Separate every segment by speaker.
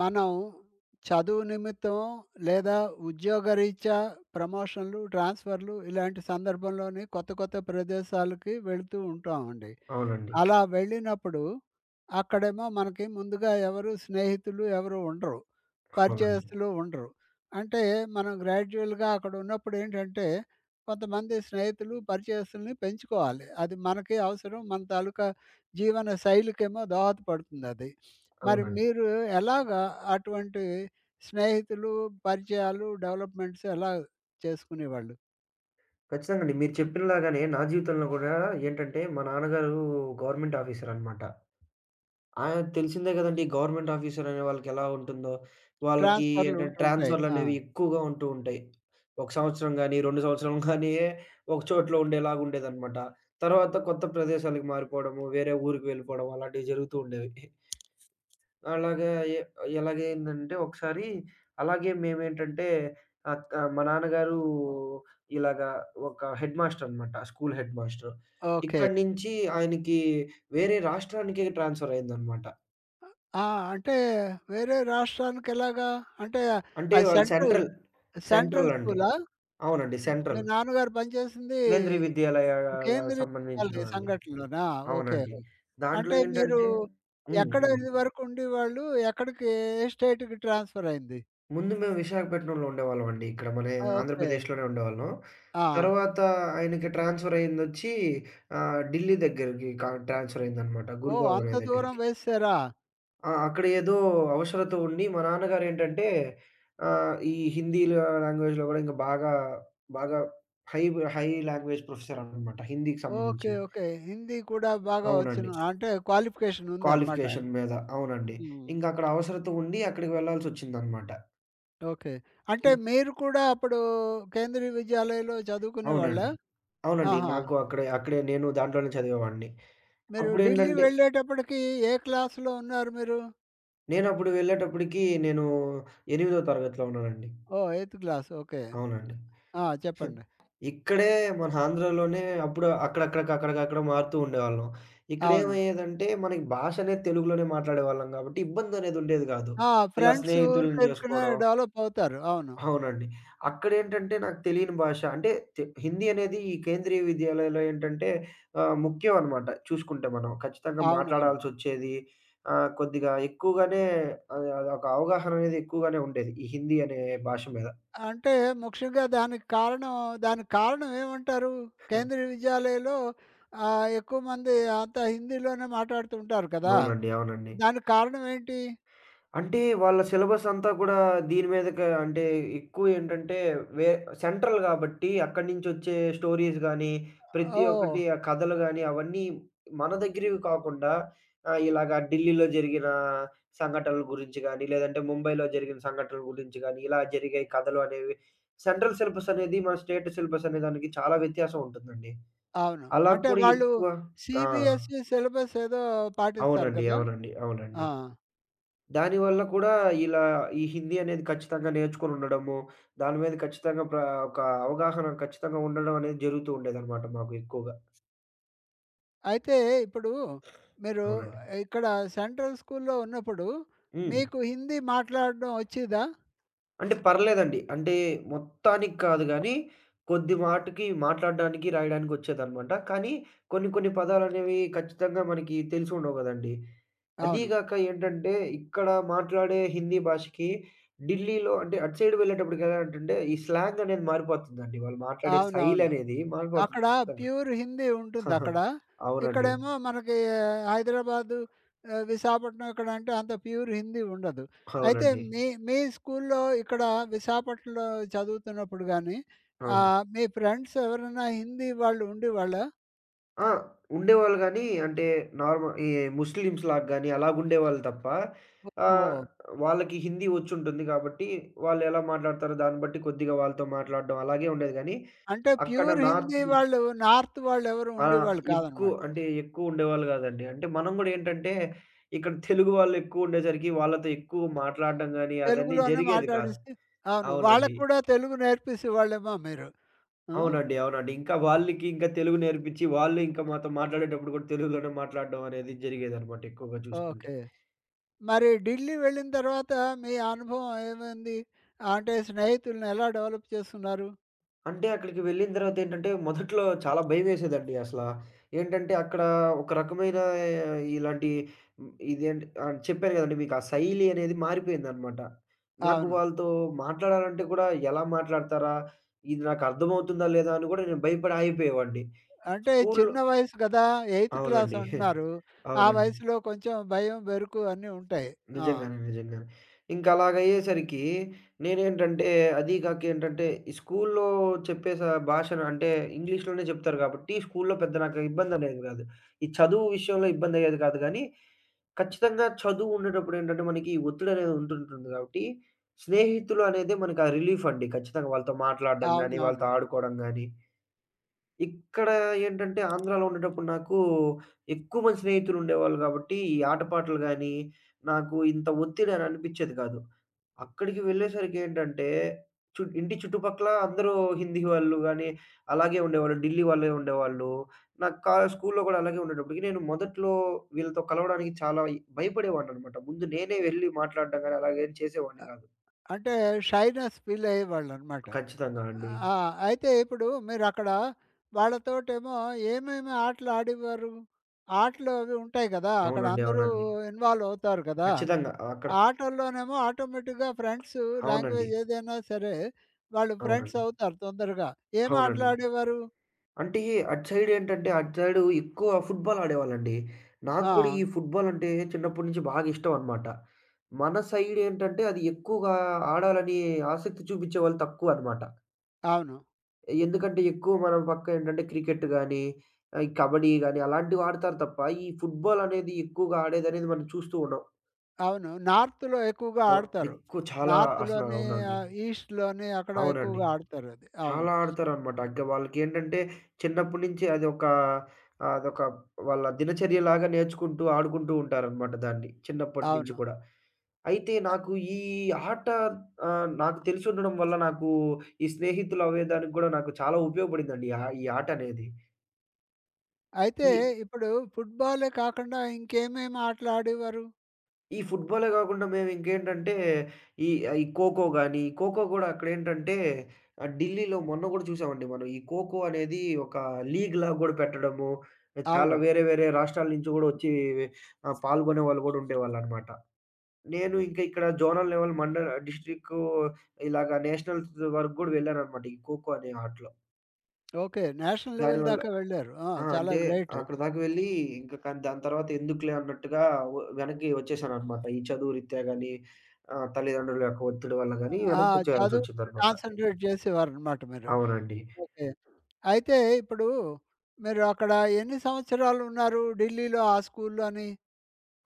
Speaker 1: మనం చదువు నిమిత్తం లేదా ఉద్యోగరీత్యా ప్రమోషన్లు, ట్రాన్స్‌ఫర్‌లు ఇలాంటి సందర్భంలోని కొత్త కొత్త ప్రదేశాలకి వెళుతూ ఉంటామండి.
Speaker 2: అవునండి.
Speaker 1: అలా వెళ్ళినప్పుడు అక్కడేమో మనకి ముందుగా ఎవరు స్నేహితులు ఎవరు ఉండరు.
Speaker 2: అవునండి.
Speaker 1: పరిచయస్తులు ఉండరు. అంటే మనం గ్రాడ్యుయల్‌గా అక్కడ ఉన్నప్పుడు ఏంటంటే కొంతమంది స్నేహితులు, పరిచయస్తుల్ని పెంచుకోవాలి. అది మనకి అవసరం. మన తాలూకా జీవన శైలికేమో దోహదపడుతుందది. మరి
Speaker 2: అవునండి.
Speaker 1: మీరు ఎలాగా అటువంటి స్నేహితులు, పరిచయాలు డెవలప్‌మెంట్స్ ఎలా చేసుకునేవాళ్ళు?
Speaker 2: ఖచ్చితంగా అండి. మీరు చెప్పినలాగానే నా జీవితంలో గూడా ఏంటంటే, మా నాన్నగారు గవర్నమెంట్ ఆఫీసరనమాట. ఆయన తెలిసిందే గదండీ! గవర్నమెంట్ ఆఫీసర్ అనే వాళ్ళకెలా ఉంటుందో. వాళ్ళకి
Speaker 1: ట్రాన్స్‌ఫర్‌లు
Speaker 2: ఏంటంటే,
Speaker 1: ఉంటుంటాయి. ఆ.
Speaker 2: ట్రాన్స్‌ఫర్‌లనేవి ఎక్కువగా ఉంటూ ఉంటాయి. ఒక సంవత్సరం గానీ, 2 సంవత్సరం గానీ ఒక చోట్లో ఉండేలాగా ఉండేదనమాట. తర్వాత కొత్త ప్రదేశాలకు మారిపోవడము, వేరే ఊరికి వెళ్ళిపోవడం అలాంటివి జరుగుతూ ఉండేవి. అలాగా ఎ ఎలాగయిందంటే ఒకసారి అలాగే మేమేంటంటే ఆహ్, క మా నాన్నగారు ఇలాగా ఒక హెడ్ మాస్టర్ అనమాట. School headmaster.
Speaker 1: ఓకే.
Speaker 2: ఇక్కడి నుంచి ఆయనకి వేరే రాష్ట్రానికి ట్రాన్స్‌ఫర్ అయిందనమాట.
Speaker 1: ఆ, అంటే వేరే రాష్ట్రానికెలాగా? అంటే
Speaker 2: అంటే
Speaker 1: అది
Speaker 2: వాళ్ళు
Speaker 1: సెంట్రల్,
Speaker 2: సెంట్రల్, సెంట్రల్
Speaker 1: సెంట్రల్
Speaker 2: అండి.
Speaker 1: స్కూలా?
Speaker 2: అవునండి.
Speaker 1: మీ
Speaker 2: సెంట్రల్.
Speaker 1: నాన్నగారు పనిచేసింది
Speaker 2: కేంద్రీయ విద్యాలయాల
Speaker 1: కేంద్రీయ విద్యాలయ
Speaker 2: సంబంధించినవండి.
Speaker 1: సంఘటనలోనా? ఓకే.
Speaker 2: అవునండి. దాంట్లో
Speaker 1: అంటే మీరు
Speaker 2: ఏంటంటే హ్మ్.
Speaker 1: ఎక్కడ
Speaker 2: హ్మ్.
Speaker 1: ఇదివరకు ఉండేవాళ్ళు? ఎక్కడికి ఏ స్టేట్‌కి ట్రాన్స్‌ఫర్ అయింది?
Speaker 2: ముందు మేము విశాఖపట్నంలో ఉండేవాళ్ళమండి. ఇక్కడ మన
Speaker 1: ఓకే.
Speaker 2: ఆంధ్రప్రదేశ్‌లోనే ఉండేవాళ్ళం.
Speaker 1: ఆ.
Speaker 2: తర్వాత ఆయనకి ట్రాన్స్‌ఫర్ అయిందొచ్చి ఢిల్లీ దగ్గరికి ట్రాన్స్‌ఫర్ అయిందనమాట.
Speaker 1: ఓహ్,
Speaker 2: గురుగావ్
Speaker 1: అంత
Speaker 2: అనే
Speaker 1: దూరం
Speaker 2: దగ్గరికి.
Speaker 1: వేసేసారా?
Speaker 2: ఆ! అక్కడ ఏదో అవసరత ఉండి మా నాన్నగారేంటంటే ఈ హిందీ లాంగ్వేజ్‌లో గూడా ఇంకా బాగా హై హై లాంగ్వేజ్ ప్రొఫెసర్ అనమాట. హిందీకి
Speaker 1: ఓకే.
Speaker 2: సంబంధించింది.
Speaker 1: ఓకే. హిందీ కూడా బాగా
Speaker 2: అవునండి.
Speaker 1: వచ్చును. అంటే క్వాలిఫికేషన్ ఉందన్నమాట.
Speaker 2: క్వాలిఫికేషన్ మీద. అవునండి.
Speaker 1: హ్మ్.
Speaker 2: ఇంకక్కడ అవసరత ఉండి అక్కడికి వెళ్ళాల్సొచ్చిందనమాట.
Speaker 1: ఓకే. అంటే మీరు కూడా అప్పుడు కేంద్రీయ విద్యాలయలో చదువుకునేవాళ్ళా?
Speaker 2: అవునండి. అవునండి.
Speaker 1: ఆహా.
Speaker 2: నాకు అక్కడే అక్కడే నేను దాంట్లోనే చదివేవాడిని.
Speaker 1: మీరు ఢిల్లీ
Speaker 2: అప్పుడేంటంటే
Speaker 1: వెళ్ళేటప్పటికి ఏ క్లాస్‌లో ఉన్నారు మీరు?
Speaker 2: నేనప్పుడు వెళ్ళేటప్పటికి నేను 8థో తరగతిలో ఉన్నానండి.
Speaker 1: Oh, eighth class. ఓకే.
Speaker 2: అవునండి.
Speaker 1: ఆ, చెప్పండి.
Speaker 2: ఇక్కడే మన ఆంధ్రాలోనే అప్పుడు అక్కడక్కడికి అక్కడికక్కడ మారుతూ ఉండేవాళ్ళం.
Speaker 1: అవును.
Speaker 2: ఇక్కడేమయ్యేదంటే మనకి భాష అనేది తెలుగులోనే మాట్లాడేవాళ్ళం కాబట్టి ఇబ్బందనేదుండేది గాదు.
Speaker 1: ఆ,
Speaker 2: ఇలా
Speaker 1: ఫ్రెండ్స్
Speaker 2: స్నేహితులను
Speaker 1: ఊరికే ఊరికనే
Speaker 2: జేసుకోవడం
Speaker 1: డెవలప్ అవుతారు. అవును.
Speaker 2: అవునండి. అక్కడేంటంటే నాకు తెలియని భాష. అంటే హిందీ అనేది ఈ కేంద్రీయ విద్యాలయాల్లో ఏంటంటే ముఖ్యం అన్నమాట చూసుకుంటే మనం. ఖచ్చితంగా
Speaker 1: అవునవును.
Speaker 2: మాట్లాడాల్సొచ్చేది. కొద్దిగా ఎక్కువగానే అది అదొక అవగాహన అనేది ఎక్కువగానే ఉండేది. ఈ హిందీ అనే భాష మీద.
Speaker 1: అంటే ముఖ్యంగా దానికి కారణం ఏమంటారు?
Speaker 2: హ్మ్.
Speaker 1: కేంద్రీయ విద్యాలయంలో ఎక్కువ మంది అంతా హిందీలోనే మాట్లాడుతుంటారు కదా!
Speaker 2: అవునండి. అవునండి.
Speaker 1: దానికి కారణం ఏంటి?
Speaker 2: అంటే వాళ్ళ సిలబస్ అంతా కూడా దీని మీదకే అంటే ఎక్కువేంటంటే వే సెంట్రల్ గాబట్టి అక్కడి నుంచొచ్చే స్టోరీస్ గానీ, ప్రతి
Speaker 1: ఓహ్.
Speaker 2: ఒక్కటి ఆ కథలు గానీ అవన్నీ మన దగ్గరివి కాకుండా ఇలాగ ఢిల్లీలో జరిగిన సంఘటనల గురించి గానీ, లేదంటే ముంబైలో జరిగిన సంఘటనల గురించి గానీ, ఇలా జరిగాయి కథలు అనేవి. సెంట్రల్ సిలబస్ అనేది మన స్టేట్ సిలబస్ అనే దానికి చాలా వ్యత్యాసం ఉంటుందండి.
Speaker 1: అవును.
Speaker 2: అలా
Speaker 1: అంటే
Speaker 2: కూడా
Speaker 1: వాళ్ళు
Speaker 2: ఎక్కువ ఆ!
Speaker 1: సీబీఎస్ఈ సిలబస్ ఏదో పాటిస్తారు
Speaker 2: అవునండి.
Speaker 1: కదా!
Speaker 2: అవునండి.
Speaker 1: ఆ,
Speaker 2: అవునండి. దానివల్ల కూడా ఇలా ఈ హిందీ అనేది ఖచ్చితంగా నేర్చుకొని ఉండడము, దాని మీద ఖచ్చితంగా ఒక అవగాహన ఖచ్చితంగా ఉండడం అనేది జరుగుతూ ఉండేదనమాట మాకు ఎక్కువగా.
Speaker 1: అయితే ఇప్పుడు మీరు
Speaker 2: అవునండి.
Speaker 1: ఇక్కడ సెంట్రల్ స్కూల్‌లో ఉన్నప్పుడు
Speaker 2: హ్మ్.
Speaker 1: మీకు హిందీ మాట్లాడడం వచ్చేదా?
Speaker 2: అంటే పర్లేదండి. అంటే మొత్తానికి కాదు గానీ, కొద్ది మాటకి మాట్లాడడానికి, రాయడానికొచ్చేదనమాట. కానీ కొన్ని కొన్ని పదాలనేవి ఖచ్చితంగా మనకి తెలిసుండవు గదండీ. అదీ
Speaker 1: అవును.
Speaker 2: గాక ఏంటంటే, ఇక్కడ మాట్లాడే హిందీ భాషకి ఢిల్లీలో అంటే అటు సైడ్ వెళ్ళేటప్పటికి ఎలా ఏంటంటే, ఈ స్లాంగ్ అనేది మారిపోతుందండి. వాళ్ళు మాట్లాడే
Speaker 1: అవునవును.
Speaker 2: శైలనేది మారిపోతుంది
Speaker 1: అక్కడ
Speaker 2: ఖచ్చితంగా.
Speaker 1: ప్యూర్ హిందీ ఉంటుందక్కడ.
Speaker 2: అవునండి.
Speaker 1: ఇక్కడేమో మనకి హైదరాబాదు, విశాఖపట్నం ఇక్కడంటే అంత ప్యూర్ హిందీ ఉండదు. అయితే
Speaker 2: అవునండి.
Speaker 1: మీ మీ స్కూల్‌లో ఇక్కడ విశాఖపట్నంలో చదువుతున్నప్పుడు గానీ
Speaker 2: అవును.
Speaker 1: మీ ఫ్రెండ్స్ ఎవరైనా హిందీ వాళ్ళు ఉండేవాళ్ళా?
Speaker 2: ఆ! ఉండేవాళ్ళు గానీ, అంటే ఈ ముస్లిమ్స్‌లాగా గానీ అలాగుండేవాళ్ళు తప్ప
Speaker 1: ఓహో.
Speaker 2: ఆహ్, వాళ్ళకి హిందీ వచ్చుంటుంది కాబట్టి, వాళ్ళెలా మాట్లాడతారో దాన్ని బట్టి కొద్దిగా వాళ్ళతో మాట్లాడడం అలాగే ఉండేది గానీ,
Speaker 1: అంటే
Speaker 2: అక్కడ
Speaker 1: ప్యూర్
Speaker 2: నార్త్
Speaker 1: హిందీ
Speaker 2: నుంచి
Speaker 1: వాళ్ళు నార్త్ వాళ్ళెవరు
Speaker 2: ఆ!
Speaker 1: ఉండేవాళ్ళు
Speaker 2: ఎక్కువ
Speaker 1: కాదనమాట.
Speaker 2: అంటే ఎక్కువుండేవాళ్ళు గాదండి. అంటే మనం గూడా ఏంటంటే, ఇక్కడ తెలుగు వాళ్ళెక్కువుండేసరికి వాళ్ళతో ఎక్కువ మాట్లాడడం గానీ, అదన్నీ
Speaker 1: తెలుగులోనే
Speaker 2: జరిగేది కాదు.
Speaker 1: మాట్లాడిస్తే అవును.
Speaker 2: అవునండి.
Speaker 1: వాళ్ళకి కూడా తెలుగు నేర్పిసేవాళ్ళేమో మీరు. ఆ.
Speaker 2: అవునండి. అవునండి. ఇంకా వాళ్ళకి ఇంకా తెలుగు నేర్పించి, వాళ్ళు ఇంకా మాతో మాట్లాడేటప్పుడు కూడా తెలుగులోనే మాట్లాడడం అనేది జరిగేదనమాట ఎక్కువగా చూసుకుంటే.
Speaker 1: ఓకే. మరి ఢిల్లీ వెళ్ళిన తర్వాత మీ అనుభవం ఏమైంది? అంటే స్నేహితుల్ని ఎలా డెవలప్ చేసుకున్నారు?
Speaker 2: అంటే అక్కడికి వెళ్ళిన తర్వాతేంటంటే, మొదట్లో చాలా భయమేసేదండి అసల. ఏంటంటే, అక్కడ ఒక రకమైన ఆ, ఇలాంటి హ్మ్, ఇదేంటి ఆహ్, చెప్పాను గదండీ మీకు ఆ శైలి అనేది మారిపోయిందనమాట. నాకు
Speaker 1: అవును.
Speaker 2: వాళ్ళతో మాట్లాడాలంటే కూడా ఎలా మాట్లాడతారా? ఇది నాకు అర్థమవుతుందా లేదా? అని గూడా నేను భయపడి ఆగిపోయేవాడిని.
Speaker 1: అంటే
Speaker 2: స్కూల్లో
Speaker 1: చిన్న వయసు కదా! ఎయిత్ క్లాస్
Speaker 2: అవునండి.
Speaker 1: అంటున్నారు. ఆ
Speaker 2: అవునండి.
Speaker 1: వయసులో కొంచెం భయం, బెరుకు అన్నీ ఉంటాయి. ఆ.
Speaker 2: నిజంగానే. నిజంగానే. ఇంక అలాగయ్యేసరికి నేనేంటంటే అదీ కాక ఏంటంటే, ఈ స్కూల్లో చెప్పే భాషను అంటే ఇంగ్లీష్‌లోనే చెప్తారు గాబట్టి, స్కూల్లో పెద్ద నాకు ఇబ్బందనేది గాదు. ఈ చదువు విషయంలో ఇబ్బందయ్యేది కాదు గానీ, ఖచ్చితంగా చదువు ఉండేటప్పుడు ఏంటంటే, మనకి ఈ ఒత్తిడనేది ఉంటుంటుంది గాబట్టి, స్నేహితులు అనేదే మనకి ఆ రిలీఫండి. ఖచ్చితంగా వాళ్ళతో మాట్లాడడం గానీ,
Speaker 1: అవునవును.
Speaker 2: వాళ్ళతో ఆడుకోవడం గానీ, ఇక్కడ ఏంటంటే ఆంధ్రాలో ఉండేటప్పుడు నాకు ఎక్కువ మంది స్నేహితులుండేవాళ్ళు గాబట్టి, ఈ ఆటపాటలు గానీ, నాకు ఇంత ఒత్తిడి అని అనిపిచ్చేది కాదు. అక్కడికి వెళ్ళేసరికేంటంటే, ఇంటి చుట్టుపక్కల అందరూ హిందీ వాళ్ళు గానీ, అలాగే ఉండేవాళ్ళు. ఢిల్లీ వాళ్ళే ఉండేవాళ్ళు. నాకు స్కూలులో గూడా అలాగే ఉండేటప్పటికి, నేను మొదట్లో వీళ్ళతో కలవడానికి చాలా భయపడేవాడిననమాట. ముందు నేనే వెళ్లి మాట్లాడడం గానీ, అలాగేం చేసేవాడిని గాదు.
Speaker 1: అంటే షైనెస్ ఫీల్ అయ్యేవాళ్ళనమాట.
Speaker 2: ఖచ్చితంగా అండి.
Speaker 1: ఆ, అయితే ఇప్పుడు మీరక్కడ వాళ్ళతోటేమో ఏమేమి ఆటలు ఆడేవారు? ఆటలు అవి ఉంటాయి కదా! అక్కడ
Speaker 2: అవునండి.
Speaker 1: అందరూ
Speaker 2: అవునండి.
Speaker 1: ఇన్వాల్వ్ అవుతారు కదా!
Speaker 2: ఖచ్చితంగా. అక్కడ
Speaker 1: ఆటల్లోనేమో ఆటోమేటిక్‌గా ఫ్రెండ్స్
Speaker 2: అవునండి.
Speaker 1: లాంగ్వేజ్ ఏదైనా సరే వాళ్ళు ఫ్రెండ్స్
Speaker 2: అవునండి.
Speaker 1: అవుతారు తొందరగా. ఏం ఆటలు
Speaker 2: అవునండి.
Speaker 1: ఆడేవారు?
Speaker 2: అంటే అటు సైడ్ ఏంటంటే, అటు సైడు ఎక్కువ ఫుట్‌బాల్ ఆడేవాళ్ళండి. నాకు
Speaker 1: ఆ.
Speaker 2: కూడా ఈ ఫుట్‌బాల్ అంటే చిన్నప్పటి నుంచి బాగా ఇష్టం అన్నమాట. మన సైడ్ ఏంటంటే, అది ఎక్కువగా ఆడాలని ఆసక్తి చూపించేవాళ్ళు తక్కువ అన్నమాట.
Speaker 1: అవును.
Speaker 2: ఎందుకంటే, ఎక్కువ మన పక్క ఏంటంటే క్రికెట్ గానీ, కబడ్డీ గానీ అలాంటివి ఆడతారు తప్ప, ఈ ఫుట్‌బాల్ అనేది ఎక్కువగా ఆడేదనేది మనం చూస్తూ ఉండం.
Speaker 1: అవును. నార్త్‌లో ఎక్కువగా
Speaker 2: అవును.
Speaker 1: ఆడతారు.
Speaker 2: ఎక్కువ చాలా అసలు
Speaker 1: నార్త్‌లోని
Speaker 2: అవునండి.
Speaker 1: ఈస్ట్‌లోని అక్కడ
Speaker 2: అవునండి.
Speaker 1: ఎక్కువగా ఆడతారది. అవును.
Speaker 2: చాలా ఆడతారనమాట. ఇంక వాళ్ళకేంటంటే చిన్నప్పటి నుంచి అదొక అదొక వాళ్ళ దినచర్యలాగా నేర్చుకుంటూ, ఆడుకుంటూ ఉంటారనమాట దాన్ని. చిన్నప్పటి నుంచి
Speaker 1: అవును.
Speaker 2: కూడా. అయితే
Speaker 1: అ
Speaker 2: నాకు ఈ ఆట నాకు తెలిసుండడం వల్ల నాకు ఈ స్నేహితులవ్వేదానికి గూడా నాకు చాలా ఉపయోగపడిందండి. ఈ ఆటనేది.
Speaker 1: అయితే
Speaker 2: ఈ
Speaker 1: ఇప్పుడు ఫుట్‌బాలే కాకుండా ఇంకేమేమి ఆటలు ఆడేవారు?
Speaker 2: ఈ ఫుట్‌బాలే గాకుండా మేవింకేంటంటే, ఈ ఖోఖో గానీ, ఖోఖో గూడా అక్కడేంటంటే ఢిల్లీలో మొన్న గూడా చూసామండి మనం. ఈ ఖోఖో అనేది ఒక లీగ్‌లాగా గూడా పెట్టడము, చాలా
Speaker 1: అవును.
Speaker 2: వేరే వేరే రాష్ట్రాల నుంచి గూడా వచ్చి పాల్గొనే వాళ్ళు గూడా ఉండేవాళ్ళనమాట. నేను ఇంకా ఇక్కడ జోనల్ లెవెల్, మండల్, డిస్ట్రిక్ట్ ఇలాగ నేషనల్స్ వరకు గూడా వెళ్ళాననమాట ఈ ఖోఖో అనే ఆటలో.
Speaker 1: ఓకే. నేషనల్ లెవెల్
Speaker 2: దానివల్ల
Speaker 1: దాకా వెళ్లారు. ఆ,
Speaker 2: ఆ!
Speaker 1: చాలా
Speaker 2: అంటే
Speaker 1: గ్రేట్.
Speaker 2: అక్కడి దాకా వెళ్ళి ఇంక కానీ దాని తర్వాత ఎందుకులే అన్నట్టుగా వెనక్కి వచ్చేసాననమాట. ఈ చదువు రీత్యా గాని, తల్లిదండ్రుల యొక్క ఒత్తిడి వల్ల గాని
Speaker 1: ఆ, చదువు మీద
Speaker 2: వెనక్కొచ్చేయాల్సొచ్చిందనమాట.
Speaker 1: కాన్సంట్రేట్ చేసేవారనమాట మీరు.
Speaker 2: అవునండి.
Speaker 1: ఓకే. అయితే ఇప్పుడు మీరు అక్కడ ఎన్ని సంవత్సరాలు ఉన్నారు ఢిల్లీలో ఆ స్కూల్‌లోని?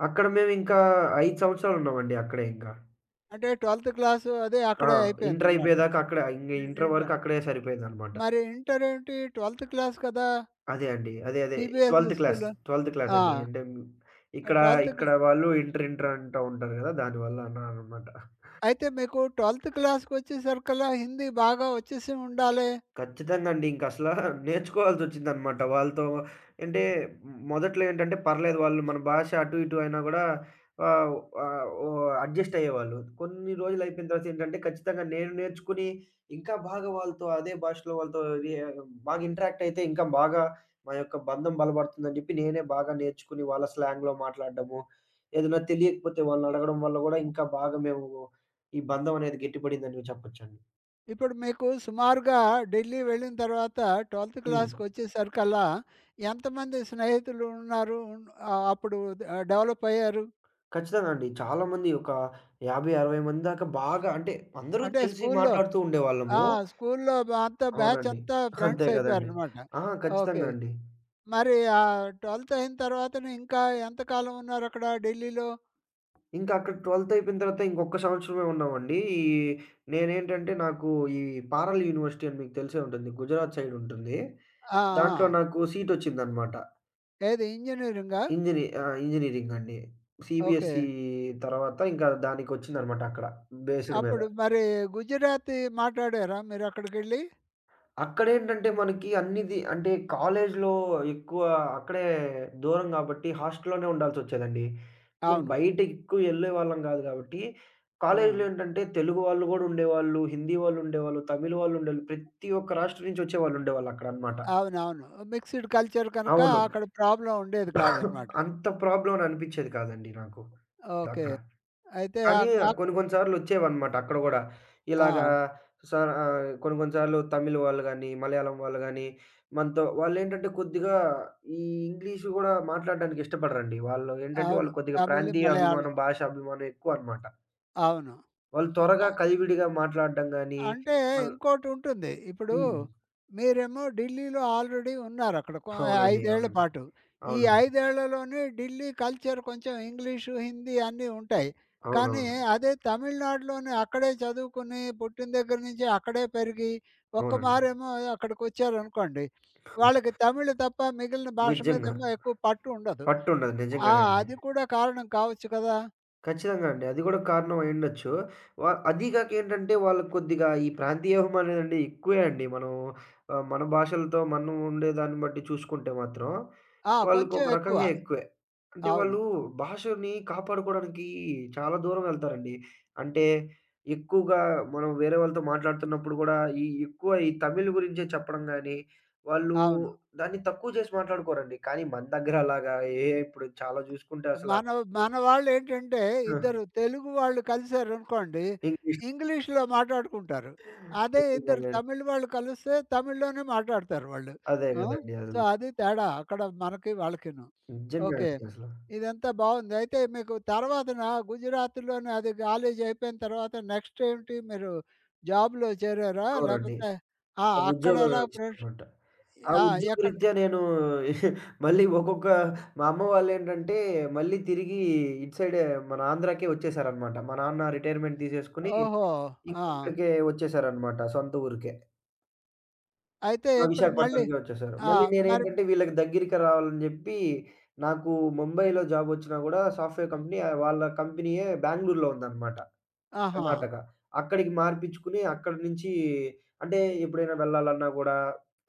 Speaker 2: అక్కడ మేమింకా 5 సంవత్సరాలు ఉన్నామండి అక్కడే ఇంకా.
Speaker 1: అంటే 12థ్ క్లాసు అదే
Speaker 2: ఆ!
Speaker 1: అక్కడే
Speaker 2: ఇంటర్
Speaker 1: అయిపోయిందనమాట.
Speaker 2: అయిపోయేదాకా అక్కడే ఇంటర్ వరకు
Speaker 1: ఇంటర్.
Speaker 2: అక్కడే సరిపోయిందనమాట.
Speaker 1: మరి ఇంటర్ ఏంటి, 12థ్ క్లాస్ కదా!
Speaker 2: అదే అండి. అదే అదే
Speaker 1: సీబీఎస్‌ఈ
Speaker 2: 12థ్ క్లాస్.
Speaker 1: స్కూల్‌లో.
Speaker 2: 12థ్ క్లాస్
Speaker 1: ఆ.
Speaker 2: అండి. అంటే ఇక్కడ,
Speaker 1: 12థ్
Speaker 2: ఇక్కడ
Speaker 1: క్లా
Speaker 2: వాళ్ళు ఇంటర్ ఇంటర్ అంటా ఉంటారు గదా! దానివల్ల అన్నాననమాట.
Speaker 1: అయితే మీకు 12థ్ క్లాస్‌కొచ్చేసరికల్లా హిందీ బాగా వచ్చేసి ఉండాలే?
Speaker 2: ఖచ్చితంగా అండి. ఇంకసలా నేర్చుకోవాల్సొచ్చిందనమాట. వాళ్ళతో అంటే మొదట్లో ఏంటంటే పర్లేదు వాళ్ళు మన భాష అటు ఇటు అయినా గూడా ఆహ్, ఆహ్, ఓహ్! అడ్జస్ట్ అయ్యేవాళ్ళు. కొన్ని రోజులయిపోయిన తర్వాత ఏంటంటే ఖచ్చితంగా నేను నేర్చుకుని ఇంకా బాగా వాళ్ళతో అదే భాషలో వాళ్ళతో బాగా ఇంటరాక్ట్ అయితే ఇంకా బాగా మా యొక్క బంధం బలపడుతుందని జెప్పి నేనే బాగా నేర్చుకుని వాళ్ళ స్లాంగ్‌లో మాట్లాడడము, ఏదైనా తెలియకపోతే వాళ్ళనడగడం వల్ల గూడా ఇంకా బాగా మేము ఈ బంధం అనేది గట్టిపడిందని చెప్పొచ్చండి.
Speaker 1: ఇప్పుడు మీకు సుమారుగా ఢిల్లీ వెళ్ళిన తర్వాత 12థ్
Speaker 2: హ్మ్.
Speaker 1: క్లాస్‌కొచ్చేసరికల్లా ఎంతమంది స్నేహితులు ఉన్నారు? అప్పుడు డెవలప్ అయ్యారు?
Speaker 2: ఖచ్చితంగా అండి. చాలామంది ఒక 50, 60 మంది దాకా బాగా అంటే అందరూ
Speaker 1: అంటే
Speaker 2: తెలిసి
Speaker 1: స్కూల్లో.
Speaker 2: మాట్లాడుతూ
Speaker 1: ఆ.
Speaker 2: ఉండేవాళ్ళము.
Speaker 1: స్కూల్లో అంతా బ్యాచ్
Speaker 2: అవునండి.
Speaker 1: అంతా ఫ్రెండ్స్
Speaker 2: అంతే గదండీ.
Speaker 1: అయిపోయారనమాట.
Speaker 2: ఆ!
Speaker 1: ఓకే.
Speaker 2: ఖచ్చితంగా అండి.
Speaker 1: మరి ఆ 12థ్ అయిన తర్వాతను ఇంకా ఎంతకాలం ఉన్నారక్కడ ఢిల్లీలో?
Speaker 2: ఇంకా అక్కడ 12థ్ అయిపోయిన తర్వాత ఇంకొక సంవత్సరమే ఉన్నామండి. ఈ నేనేంటంటే నాకు ఈ పారల్ యూనివర్సిటీ అని మీకు తెలిసే ఉంటుంది. గుజరాత్ సైడ్ ఉంటుంది.
Speaker 1: ఆ.
Speaker 2: దాంట్లో
Speaker 1: ఆ.
Speaker 2: నాకు సీట్ వచ్చిందన్నమాట.
Speaker 1: ఏది ఇంజినీరింగా?
Speaker 2: ఇంజినీరింగ్ అండి.
Speaker 1: ఓకే.
Speaker 2: సీబీఎస్‌ఈ తర్వాత ఇంకా దానికొచ్చిందన్నమాట అక్కడ బేస్డ్ మీద.
Speaker 1: అప్పుడు మరి గుజరాతీ మాట్లాడారా మీరక్కడికెళ్ళి?
Speaker 2: అక్కడేంటంటే మనకి అన్నిది అంటే కాలేజ్‌లో ఎక్కువ అక్కడే దూరం గాబట్టి హాస్టల్‌లోనే ఉండాల్సొచ్చేదండి. మనం
Speaker 1: అవును.
Speaker 2: బయట ఎక్కువ యెళ్ళేవాళ్ళం గాదు గాబట్టి,
Speaker 1: ఆ.
Speaker 2: కాలేజ్‌లో ఏంటంటే తెలుగు వాళ్ళు గూడా ఉండేవాళ్ళు, హిందీ వాళ్ళు ఉండేవాళ్ళు, తమిళ్ వాళ్ళు ఉండేవాళ్ళు. ప్రతి ఒక్క రాష్ట్రం నుంచి వచ్చేవాళ్ళు ఉండేవాళ్ళు అక్కడనమాట.
Speaker 1: అవునవును. మిక్స్‌డ్ కల్చర్ కనుక
Speaker 2: అవును.
Speaker 1: అక్కడ ప్రాబ్లమ్ ఉండేది కాదనమాట.
Speaker 2: అంత ప్రాబ్లమ్ అని అనిపిచ్చేది కాదండి నాకు.
Speaker 1: ఓకే.
Speaker 2: అక్కడ.
Speaker 1: అయితే
Speaker 2: కానీ
Speaker 1: ఆక్ ఆక్
Speaker 2: కొన్ని కొన్ని సార్లొచ్చేవన్నమాట అక్కడ గూడా. ఇలాగా
Speaker 1: ఆ.
Speaker 2: కొన్ని కొన్ని సార్లు తమిళ్ వాళ్ళు గానీ, మలయాళం వాళ్ళు గానీ, మనతో వాళ్ళేంటంటే కొద్దిగా ఈ ఇంగ్లీషు గూడా మాట్లాడడానికి ఇష్టపడరండి. వాళ్ళు ఏంటంటే
Speaker 1: అవును.
Speaker 2: వాళ్ళు కొద్దిగా
Speaker 1: తమిళ్,
Speaker 2: ప్రాంతీయ అభిమానం,
Speaker 1: మలయాళం.
Speaker 2: భాషా అభిమానం ఎక్కువన్నమాట.
Speaker 1: అవును.
Speaker 2: వాళ్ళు త్వరగా కలివిడిగా మాట్లాడడం గానీ,
Speaker 1: అంటే
Speaker 2: మల్
Speaker 1: ఇంకోటుంటుంది. ఇప్పుడు
Speaker 2: హ్మ్.
Speaker 1: మీరేమో ఢిల్లీలో ఆల్రెడీ ఉన్నారక్కడ.
Speaker 2: అవునండి.
Speaker 1: 5 ఏళ్ల
Speaker 2: అవునండి.
Speaker 1: పాటు. ఈ
Speaker 2: అవునండి.
Speaker 1: 5 ఏళ్లలోనే ఢిల్లీ కల్చర్ కొంచెం ఇంగ్లీషు, హిందీ అన్నీ ఉంటాయి. కానీ
Speaker 2: అవునవును.
Speaker 1: అదే తమిళనాడులోనే అక్కడే చదువుకుని, పుట్టిన దగ్గర నుంచి అక్కడే పెరిగి, ఒక్క
Speaker 2: అవునండి.
Speaker 1: మారేమో అక్కడికొచ్చారనుకోండి, వాళ్ళకి తమిళ్ తప్ప మిగిలిన భాష
Speaker 2: నిజంగా.
Speaker 1: మీదేమో ఎక్కువ పట్టు ఉండదు.
Speaker 2: పట్టుండదు.
Speaker 1: ఆ,
Speaker 2: నిజంగానే అండి.
Speaker 1: అది కూడా కారణం కావచ్చు కదా!
Speaker 2: ఖచ్చితంగా అండి. అది గూడా కారణం అయ్యుండొచ్చు. అదీ గాక ఏంటంటే, వాళ్ళకి కొద్దిగా ఈ ప్రాంతీయ అనేదండి ఎక్కువే అండి. మనం మన భాషలతో మనం ఉండేదాన్ని బట్టి చూసుకుంటే మాత్రం,
Speaker 1: ఆ, కొంచెం
Speaker 2: వాళ్ళకొక
Speaker 1: ఎక్కువ.
Speaker 2: రకంగా ఎక్కువే. అంటే
Speaker 1: అవును.
Speaker 2: వాళ్ళు భాషని కాపాడుకోవడానికి చాలా దూరం వెళ్తారండి. అంటే ఎక్కువగా మనం వేరే వాళ్ళతో మాట్లాడుతున్నప్పుడు గూడా, ఈ ఎక్కువ ఈ తమిళ్ గురించే చెప్పడం గానీ, వాళ్ళు
Speaker 1: అవును.
Speaker 2: దాన్ని తక్కువ చేసి మాట్లాడుకోరండి. కానీ మన దగ్గర అలాగా ఏ ఇప్పుడు చాలా చూసుకుంటే అసల
Speaker 1: మన మన వాళ్ళేంటంటే, ఇద్దరు తెలుగు వాళ్ళు కలిసారనుకోండి,
Speaker 2: ఇంగ్లీష్
Speaker 1: ఇంగ్లీష్‌లో మాట్లాడుకుంటారు. అదే ఇద్దరు
Speaker 2: నిజంగానండి.
Speaker 1: తమిళ్ వాళ్ళు కలిస్తే తమిళ్‌లోనే మాట్లాడతారు వాళ్ళు.
Speaker 2: అదే
Speaker 1: ఆ.
Speaker 2: గదండీ
Speaker 1: సో,
Speaker 2: అసలు.
Speaker 1: అది తేడా అక్కడ మనకి వాళ్ళకిను.
Speaker 2: నిజంగా
Speaker 1: ఓకే.
Speaker 2: అండి అసలు.
Speaker 1: ఇదంతా బావుంది. అయితే మీకు తర్వాతన గుజరాత్‌లోనే అది కాలేజీ అయిపోయిన తర్వాత నెక్స్ట్ ఏంటి మీరు జాబ్‌లో చేరారా?
Speaker 2: అవునండి.
Speaker 1: లేపోతే ఆ,
Speaker 2: ఆ
Speaker 1: అక్కడ
Speaker 2: ఉద్యోగమే
Speaker 1: ఎలా ఫ్రెండ్స్?
Speaker 2: వచ్చిందనమాట. ఆ
Speaker 1: ఆ, ఎక్కడ?
Speaker 2: ఉద్యోగరీత్యా నేను మళ్ళీ ఒక్కొక్క మా అమ్మ వాళ్ళేంటంటే, మళ్ళీ తిరిగి ఇటు సైడే మన ఆంధ్రాకే వచ్చేసారనమాట. మా నాన్న రిటైర్‌మెంట్ తీసేసుకొని,
Speaker 1: ఓహో.
Speaker 2: ఇంక
Speaker 1: ఆ,
Speaker 2: ఇక్కడికే వచ్చేసారనమాట సొంత ఊరికే.
Speaker 1: అయితే
Speaker 2: ఆ!
Speaker 1: ఇప్పుడు మళ్ళీ?
Speaker 2: విశాఖపట్నంకే వచ్చేసారు.
Speaker 1: ఆ.
Speaker 2: మళ్ళీ
Speaker 1: మరి?
Speaker 2: నేనేంటంటే వీళ్ళకి దగ్గరికి రావాలని జెప్పి, నాకు ముంబైలో జాబొచ్చినా గూడా సాఫ్ట్‌వేర్ కంపెనీ వాళ్ళ కంపెనీయే బెంగుళూరులో ఉందనమాట.
Speaker 1: ఆహా.
Speaker 2: కర్ణాటక. అక్కడికి మార్పిచ్చుకుని అక్కడి నుంచి అంటే ఎప్పుడైనా వెళ్ళాలన్నా గూడా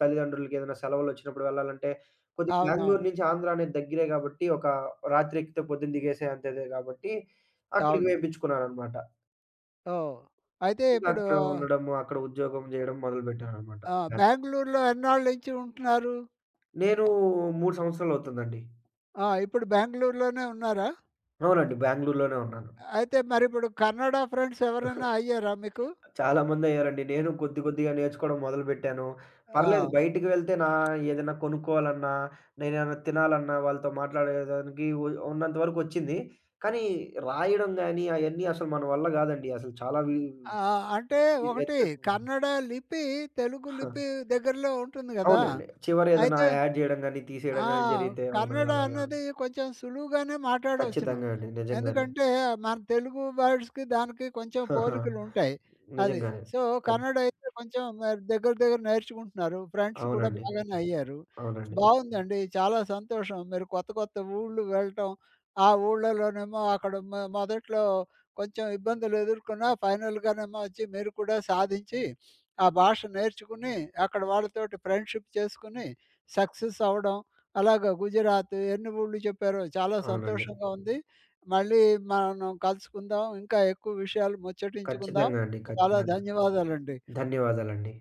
Speaker 2: తల్లిదండ్రులకేదైనా సెలవులొచ్చినప్పుడు వెళ్ళాలంటే, కొద్దిగా బెంగుళూరు
Speaker 1: అవునవును.
Speaker 2: నుంచి ఆంధ్ర అనేది దగ్గరే గాబట్టి, ఒక రాత్రెక్కితే పొద్దున దిగేసేంతదే గాబట్టి, అక్కడికి
Speaker 1: అవును.
Speaker 2: వేపిచ్చుకున్నాననమాట.
Speaker 1: ఓహ్. అయితే
Speaker 2: ఇంకా
Speaker 1: ఇప్పుడు?
Speaker 2: అక్కడ ఉండడము, అక్కడ ఉద్యోగం జేయడం మొదలుబెట్టాననమాట.
Speaker 1: ఆ, బెంగుళూరులో ఎన్నాళ్ళ నుంచి ఉంటున్నారు?
Speaker 2: నేను 3 సంవత్సరాలవుతుందండి.
Speaker 1: ఆ, ఇప్పుడు బెంగుళూరులోనే ఉన్నారా?
Speaker 2: అవునండి. బెంగుళూరులోనే ఉన్నాను.
Speaker 1: అయితే మరిప్పుడు కన్నడ ఫ్రెండ్స్ ఎవరైనా అయ్యారా మీకు?
Speaker 2: చాలా మందయ్యారండి. నేను కొద్ది కొద్దిగా నేర్చుకోవడం మొదలుపెట్టాను. పర్లేదు
Speaker 1: ఆ.
Speaker 2: బయటికి వెళ్తే నా ఏదైనా కొనుక్కోవాలన్నా, నేనేమైనా తినాలన్నా వాళ్ళతో మాట్లాడేదానికి ఉన్నంత వరకు వచ్చింది. కానీ రాయడం గాని అయన్నీ అసలు మన వల్ల గాదండి. అసలు చాలా వి
Speaker 1: ఆ, అంటే
Speaker 2: వి
Speaker 1: ఒకటి
Speaker 2: వ్యతిరేకంగా ఉంది.
Speaker 1: కన్నడ లిపి, తెలుగు
Speaker 2: హ,
Speaker 1: లిపి దగ్గరలో ఉంటుంది గదా!
Speaker 2: అవునండి. చివర ఏదైనా
Speaker 1: అయితే
Speaker 2: యాడ్ జేయడం గాని, తీసేయడం
Speaker 1: ఆ,
Speaker 2: గాని జరిగితే అవును. అది
Speaker 1: కన్నడ
Speaker 2: అలాగే ఉంది.
Speaker 1: అన్నది కొంచెం సులువుగానే మాట్లాడవచ్చును.
Speaker 2: ఖచ్చితంగా అండి. నిజంగానే.
Speaker 1: ఎందుకంటే మన తెలుగు వర్డ్స్‌కి దానికి కొంచెం
Speaker 2: హహ,
Speaker 1: పోలికలుంటాయి. అది.
Speaker 2: నిజంగానే.
Speaker 1: సో,
Speaker 2: ఖచ్
Speaker 1: కన్నడ అయితే కొంచెం మరి దగ్గర దగ్గర నేర్చుకుంటున్నారు. ఫ్రెండ్స్ కూడా
Speaker 2: అవునండి.
Speaker 1: బాగానే అయ్యారు.
Speaker 2: అవునండి.
Speaker 1: బావుందండి. చాలా సంతోషం. మీరు కొత్త కొత్త ఊళ్ళు వెళ్ళటం, ఆ ఊళ్ళలోనేమో అక్కడ మొదట్లో కొంచెం ఇబ్బందులు ఎదుర్కొన్నా ఫైనల్‌గానేమో వచ్చి మీరు కూడా సాధించి, ఆ భాష నేర్చుకుని, అక్కడ వాళ్ళతోటి ఫ్రెండ్‌షిప్ చేసుకొని, సక్సెస్ అవ్వడం అలాగా గుజరాత్ ఎన్ని ఊళ్ళు చెప్పారో చాలా
Speaker 2: అవునండి.
Speaker 1: సంతోషంగా ఉంది. మళ్ళీ మనం కలుసుకుందాం. ఇంకా ఎక్కువ విషయాలు ముచ్చటించుకుందాం.
Speaker 2: ఖచ్చితంగా అండి.
Speaker 1: చాలా
Speaker 2: ఖచ్చితంగా.
Speaker 1: ధన్యవాదాలండి.
Speaker 2: ధన్యవాదాలండి.